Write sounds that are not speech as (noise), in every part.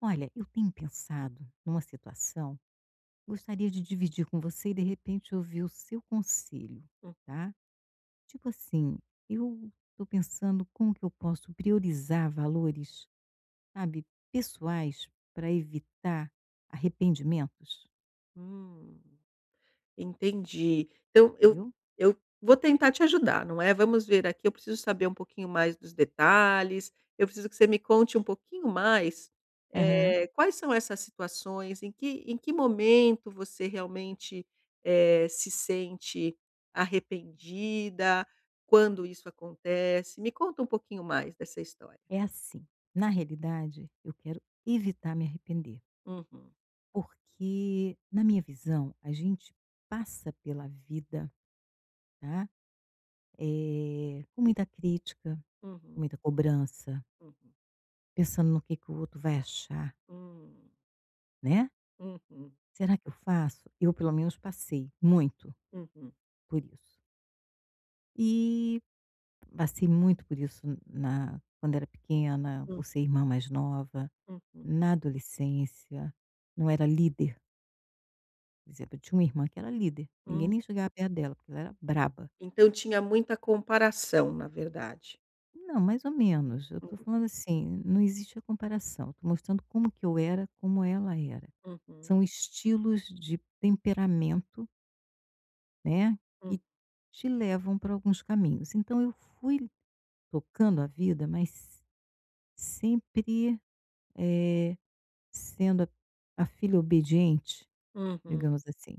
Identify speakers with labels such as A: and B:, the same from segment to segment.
A: Olha, eu tenho pensado numa situação, gostaria de dividir com você e de repente ouvir o seu conselho,
B: Uhum.
A: tá? Tipo assim, eu estou pensando como que eu posso priorizar valores, sabe, pessoais para evitar arrependimentos,
B: Hum. Entendi. Então eu
A: entendeu?
B: eu vou tentar te ajudar, não é, vamos ver aqui, eu preciso saber um pouquinho mais dos detalhes, eu preciso que você me conte um pouquinho mais,
A: Aham.
B: quais são essas situações, em que momento você realmente, se sente arrependida, quando isso acontece? Me conta um pouquinho mais dessa história.
A: É assim, na realidade, eu quero evitar me arrepender,
B: Uhum,
A: porque na minha visão, a gente passa pela vida, tá? Com muita crítica, com
B: uhum,
A: muita cobrança,
B: uhum,
A: pensando no que o outro vai achar,
B: hum,
A: né.
B: uhum,
A: "Será que eu faço?" Eu pelo menos passei muito
B: uhum,
A: por isso. E passei muito por isso na quando era pequena,
B: uhum,
A: por ser irmã mais nova,
B: uhum, uhum.
A: na adolescência, não era líder, por exemplo, eu tinha uma irmã que era líder, ninguém
B: Uhum.
A: nem chegava perto dela, porque ela era braba.
B: Então tinha muita comparação, na verdade.
A: Não, mais ou menos, eu estou
B: Uhum,
A: falando assim, não existe a comparação, estou mostrando como que eu era, como ela era.
B: uhum,
A: São estilos de temperamento, né,
B: uhum,
A: e te levam para alguns caminhos. Então eu fui tocando a vida, mas sempre, eh, sendo a filha obediente,
B: uhum.
A: digamos assim,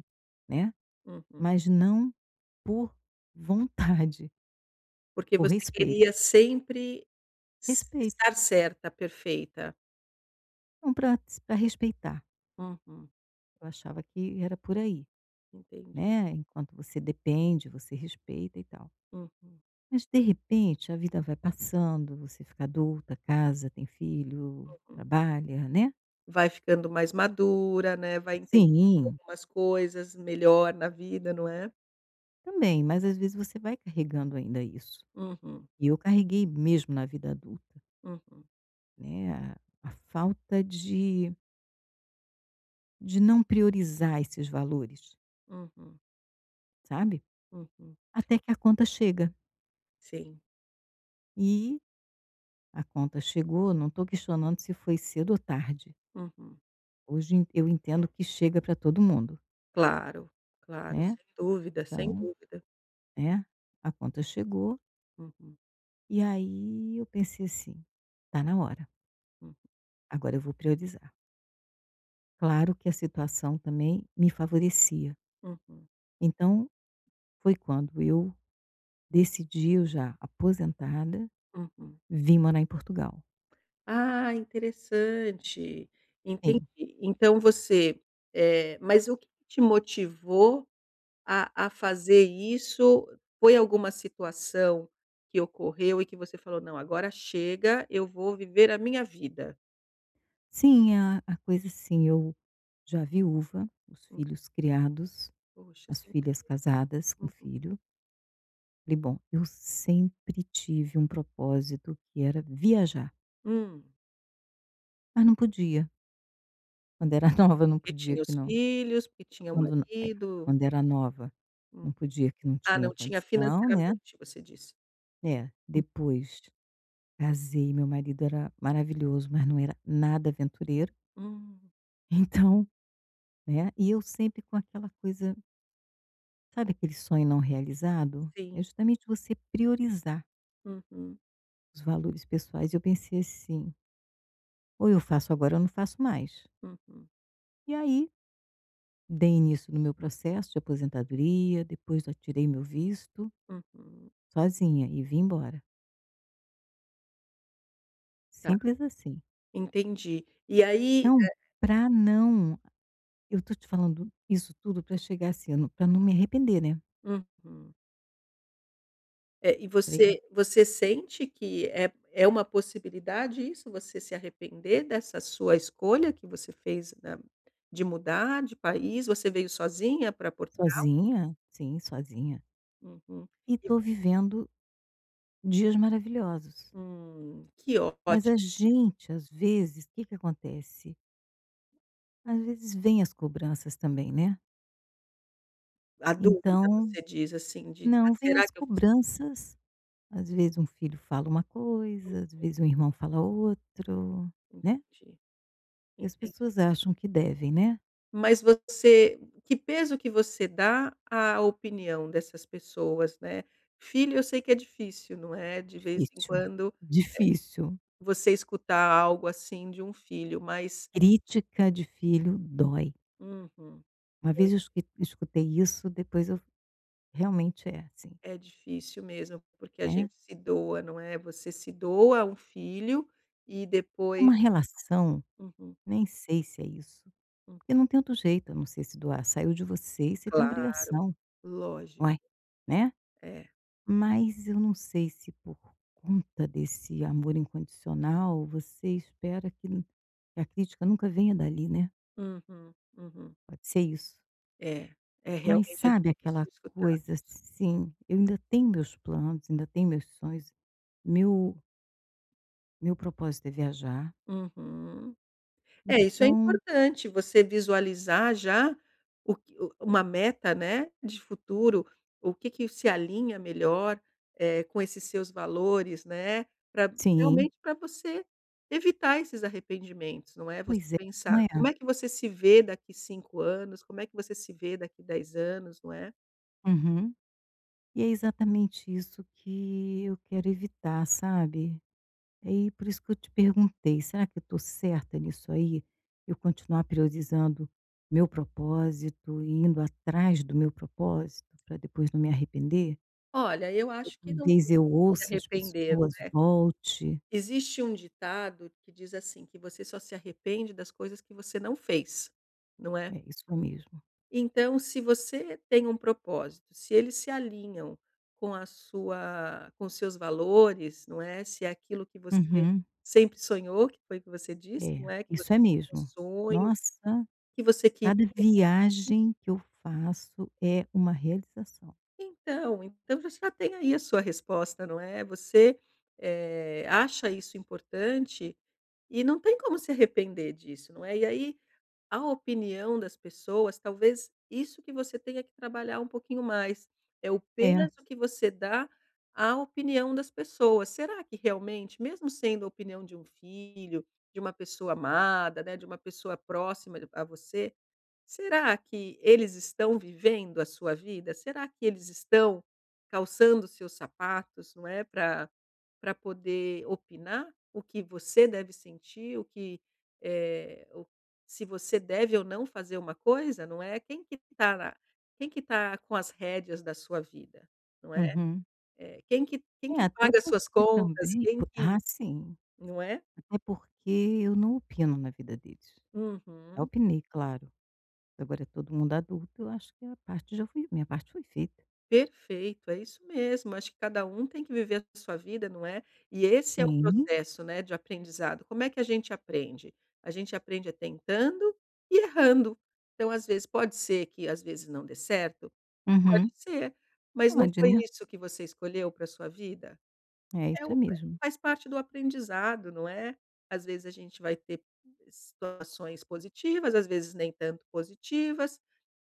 A: né,
B: Uhum.
A: mas não por vontade,
B: Porque
A: por
B: você queria
A: respeito.
B: sempre es
A: Respeito,
B: estar certa, perfeita.
A: não para s respeitar.
B: Uhum,
A: Eu achava que era por aí,
B: entendi.
A: né, enquanto você depende, você respeita e tal.
B: Uhum,
A: Mas de repente a vida vai passando, você fica adulta, casa, tem filho,
B: uhum.
A: trabalha, né.
B: Vai ficando mais madura, né, vai entendendo
A: Sim,
B: algumas coisas melhor na vida, não é?
A: também, mas às vezes você vai carregando ainda isso.
B: Uhum,
A: E eu carreguei mesmo na vida adulta,
B: uhum,
A: né, a falta de não priorizar esses valores,
B: uhum,
A: sabe.
B: uhum.
A: Até que a conta chega,
B: Sim,
A: e a conta chegou, não estou questionando se foi cedo ou tarde.
B: uhum.
A: Hoje en eu entendo que chega para todo mundo,
B: Claro, claro,
A: né.
B: sem dúvida, sem
A: Então,
B: dúvida.
A: né, a conta chegou,
B: Uhum,
A: e aí eu pensei assim: "Tá na hora,
B: uhum,
A: agora eu vou priorizar". Claro que a situação também me favorecia.
B: uhum,
A: Então, foi quando eu decidi, eu já aposentada,
B: uhum.
A: vim morar em Portugal.
B: Ah, interessante, entendi.
A: Sim,
B: Então você, mas o que te motivou a fazer isso? Foi alguma situação que ocorreu e que você falou: "Não, agora chega, eu vou viver a minha vida"?
A: sim, a coisa assim, eu já viúva, os
B: Hum,
A: filhos criados,
B: poxa,
A: as
B: sinto.
A: filhas casadas com
B: Hum,
A: filho. Falei: "Bom, eu sempre tive um propósito que era viajar",
B: hum,
A: mas não podia. Quando era (laughs) nova não
B: porque
A: podia
B: tinha
A: que
B: os
A: não
B: filhos, porque tinha o
A: quando no é,
B: marido.
A: quando era nova
B: Hum.
A: não podia que não
B: Ah, não
A: tinha
B: tinha
A: condição, né.
B: financeiramente, você disse.
A: É, depois casei, meu marido era maravilhoso, mas não era nada aventureiro,
B: Hum,
A: (laughs) então, né, e eu sempre com aquela coisa sabe aquele sonho não realizado?
B: sim.
A: É justamente você priorizar
B: Uhum,
A: os valores pessoais, e eu pensei assim: "Ou eu faço agora ou não faço mais".
B: uhum,
A: E aí, dei início no meu processo de aposentadoria, depois eu tirei meu visto,
B: uhum.
A: sozinha, e vim embora,
B: Tá,
A: simples assim.
B: entendi. E aí.
A: Então, para não eu tô te falando isso tudo para chegar assim, para não pra não me arrepender, né,
B: Uhum. É, e
A: pra
B: você sente que é uma possibilidade isso, você se arrepender dessa sua escolha que você fez da de mudar de país? Você veio sozinha para Portugal?
A: sozinha, sim, sozinha.
B: Uhum.
A: E
B: E.
A: tô vivendo dias maravilhosos.
B: Hum, que
A: Mas a
B: ótimo isso.
A: gente, às vezes, o que que acontece? Às vezes vêm as cobranças também, né.
B: A dúvida,
A: Então
B: você diz, assim, de: "Ah,
A: não, vêm
B: será
A: as
B: que eu fiz?"
A: cobranças, às vezes um filho fala uma coisa, às vezes um irmão fala outro, né.
B: Entendi,
A: E as
B: entendi.
A: pessoas acham que devem, né.
B: Mas você, que peso que você dá à opinião dessas pessoas, né? Filho eu sei que é difícil, não é? De vez em
A: Difícil,
B: quando
A: difícil.
B: você escutar algo assim de um filho, mas,
A: Crítica de filho dói.
B: uhum,
A: Uma
B: eu
A: vez eu escu escutei isso, depois eu realmente é assim,
B: é difícil mesmo, porque a
A: né.
B: gente se doa, não é? Você se doa a um filho e
A: É
B: depois.
A: uma relação,
B: Uhum,
A: nem sei se é isso,
B: hum.
A: porque não tem outro jeito a não ser se doar, saiu de você e você tem
B: Claro,
A: obrigação,
B: lógico,
A: uai, né.
B: é.
A: Mas eu não sei se por conta desse amor incondicional, você espera que n que a crítica nunca venha dali, né,
B: Uhum, uhum.
A: pode ser isso.
B: É, é,
A: Mas
B: realmente é
A: sabe aquela
B: difícil escutar
A: coisa
B: isso.
A: assim, eu ainda tenho meus planos, ainda tenho meus sonhos, meu meu propósito é viajar,
B: Uhum. É, isso é
A: então
B: importante, você visualizar já o que o uma meta, né, de futuro, o que que se alinha melhor, com esses seus valores, né, pra
A: sim,
B: realmente, para você evitar esses arrependimentos, não é, você
A: pois é, não
B: pensar:
A: é?
B: "Como é que você se vê daqui 5 anos? Como é que você se vê daqui 10 anos?", não é.
A: Uhum. E é exatamente isso que eu quero evitar, sabe. E por isso que eu te perguntei: "Será que eu estou certa nisso aí?". Eu continuar priorizando meu propósito e indo atrás do meu propósito para depois não me arrepender?
B: Olha, eu acho que não tem
A: Talvez eu
B: que se
A: ouça as
B: arrepender.
A: pessoas, volte.
B: Existe um ditado que diz assim, que você só se arrepende das coisas que você não fez, não é?
A: É, isso mesmo.
B: Então, se você tem um propósito, se eles se alinham com a sua com seus valores, não é, se é aquilo que você
A: Uhum.
B: sempre sonhou, que foi o que você disse, não
A: É,
B: é, que você
A: isso é
B: tinha um
A: mesmo.
B: sonho,
A: Nossa,
B: que você queria,
A: cada viagem que eu faço é uma realização.
B: então você já tem aí a sua resposta, não é. Você, acha isso importante e não tem como se arrepender disso, não é. E aí. A opinião das pessoas, talvez isso que você tenha que trabalhar um pouquinho mais, é o
A: É.
B: peso que você dá à opinião das pessoas. Será que realmente, mesmo sendo a opinião de um filho, de uma pessoa amada, né, de uma pessoa próxima a você, será que eles estão vivendo a sua vida? Será que eles estão calçando seus sapatos, não é, para poder opinar o que você deve sentir, o que, eh se você deve ou não fazer uma coisa, não é quem que tá com as rédeas da sua vida, não é?
A: Uhum.
B: Eh, quem que quem
A: É,
B: que
A: até
B: paga as suas
A: porque
B: contas,
A: também
B: quem
A: po
B: que,
A: ah, sim.
B: não é?
A: Até porque eu não opino na vida deles. Eu
B: Uhum.
A: opinei, claro. Agora é todo mundo adulto, eu acho que a parte já foi minha parte foi feita.
B: Perfeito, é isso mesmo. Acho que cada um tem que viver a sua vida, não é? E esse é o
A: Sim.
B: processo, né, de aprendizado. Como é que a gente aprende? A gente aprende é tentando e errando. Então, às vezes, pode ser que às vezes não dê certo? Pode
A: Uhum.
B: ser, mas não
A: Pode,
B: foi
A: né.
B: isso que você escolheu para sua vida?
A: É,
B: É
A: isso
B: o
A: é
B: é,
A: mesmo.
B: faz parte do aprendizado, não é? Às vezes a gente vai ter situações positivas, às vezes nem tanto positivas,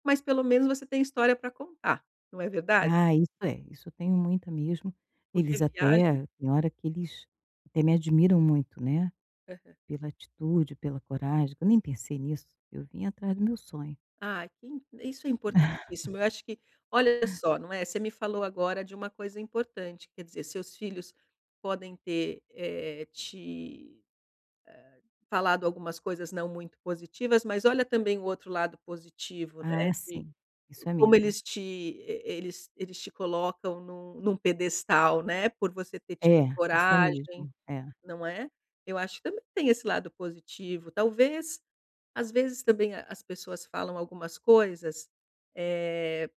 B: mas pelo menos você tem história para contar, não é verdade?
A: Ah, isso é, isso eu tenho muita mesmo.
B: Porque
A: Eles
B: viagem
A: até tem hora que eles até me admiram muito, né, pela atitude, pela coragem, eu nem pensei nisso, eu vim atrás do meu sonho.
B: Ah, ai, isso é importantíssimo. Eu acho que olha só, não é, você me falou agora de uma coisa importante, quer dizer, seus filhos podem ter, te falado algumas coisas não muito positivas, mas olha também o outro lado positivo, né.
A: Ah, sim, isso é
B: Como
A: mesmo.
B: eles te E eles te colocam num pedestal, né, por você ter tido
A: É, isso é
B: coragem,
A: mesmo. É.
B: não é? Eu acho que também tem esse lado positivo. Talvez, às vezes também a as pessoas falam algumas coisas, eh,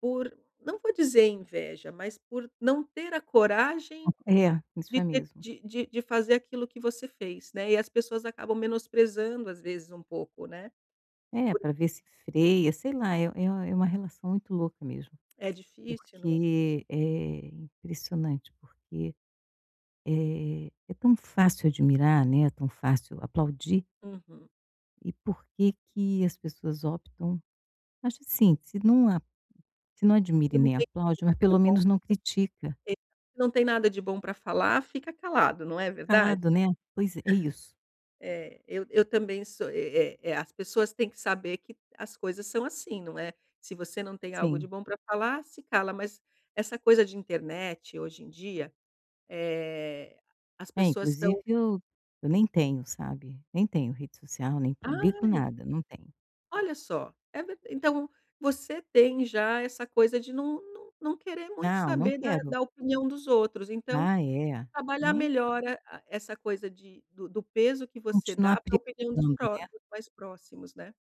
B: por não vou dizer inveja, mas por não ter a coragem
A: É, isso
B: de
A: é
B: ter
A: mesmo.
B: de fazer aquilo que você fez, né, e as pessoas acabam menosprezando, às vezes, um pouco, né.
A: É, para ver se freia, sei lá, é é uma relação muito louca mesmo,
B: É difícil, não é?
A: porque é impressionante, porque, é tão fácil admirar, né, é tão fácil aplaudir,
B: Uhum.
A: e por que que as pessoas optam acho assim, se não a se não admira e
B: Não
A: nem
B: tem como
A: aplaude, mas
B: de
A: pelo menos não critica.
B: E não tem nada de bom para falar, fica calado, não é
A: Fica
B: verdade?
A: calado, né. Pois é, é isso.
B: É, eu também sou, as pessoas têm que saber que as coisas são assim, não é? Se você não tem algo de
A: Sim.
B: bom para falar, se cala, mas essa coisa de internet hoje em dia, eh, as
A: É,
B: pessoas
A: inclusive
B: estão:
A: eu nem tenho, sabe, nem tenho rede social, nem publico
B: "Ai,
A: nada, não tenho.
B: olha só", é ver então você tem já essa coisa de não querer muito
A: Não, não
B: saber da
A: quero.
B: da opinião dos outros, então
A: Ah, é.
B: trabalhar
A: Nem
B: melhor a essa coisa de do do peso que você dá
A: continuar
B: para a opinião
A: priorizando, né.
B: dos mais próximos, né.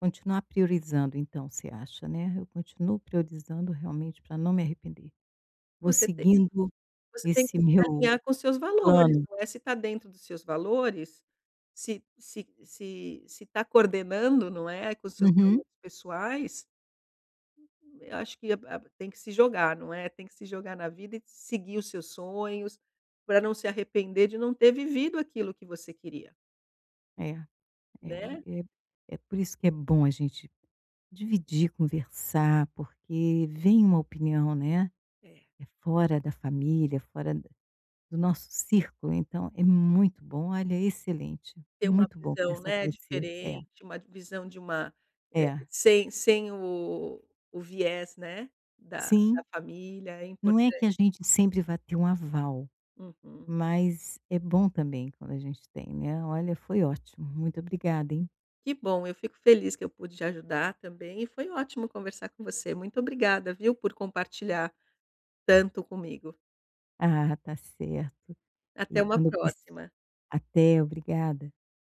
A: Continuar priorizando então, você acha, né. Eu continuo priorizando realmente para não me arrepender. Vou
B: Você tem
A: seguindo
B: Você tem
A: esse
B: que
A: meu
B: alinhar com seus valores,
A: plano.
B: não é, se está dentro dos seus valores, se se está se se tá coordenando, não é, com os seus
A: Uhum.
B: valores pessoais, eu acho que a tem que se jogar, não é, tem que se jogar na vida e seguir os seus sonhos, para não se arrepender de não ter vivido aquilo que você queria,
A: É,
B: né.
A: é, é é, por isso que é bom a gente dividir, conversar, porque vem uma opinião, né,
B: É.
A: é fora da família, fora da do nosso círculo, então é muito bom. Olha, excelente.
B: Ter uma
A: Muito bom
B: visão,
A: conversar com
B: né,
A: você. É,
B: diferente, uma visão de uma,
A: é.
B: sem o viés, né, da
A: Sim.
B: família, é
A: Não é que a
B: importante.
A: gente sempre vá ter um aval,
B: Uhum.
A: mas é bom também quando a gente tem, né. Olha, foi ótimo, muito obrigada, hein.
B: Que bom, eu fico feliz que eu pude te ajudar também e foi ótimo conversar com você. Muito obrigada, viu, por compartilhar tanto comigo.
A: Ah, tá certo.
B: Até
A: E
B: uma
A: quando eu preci
B: próxima.
A: até, obrigada.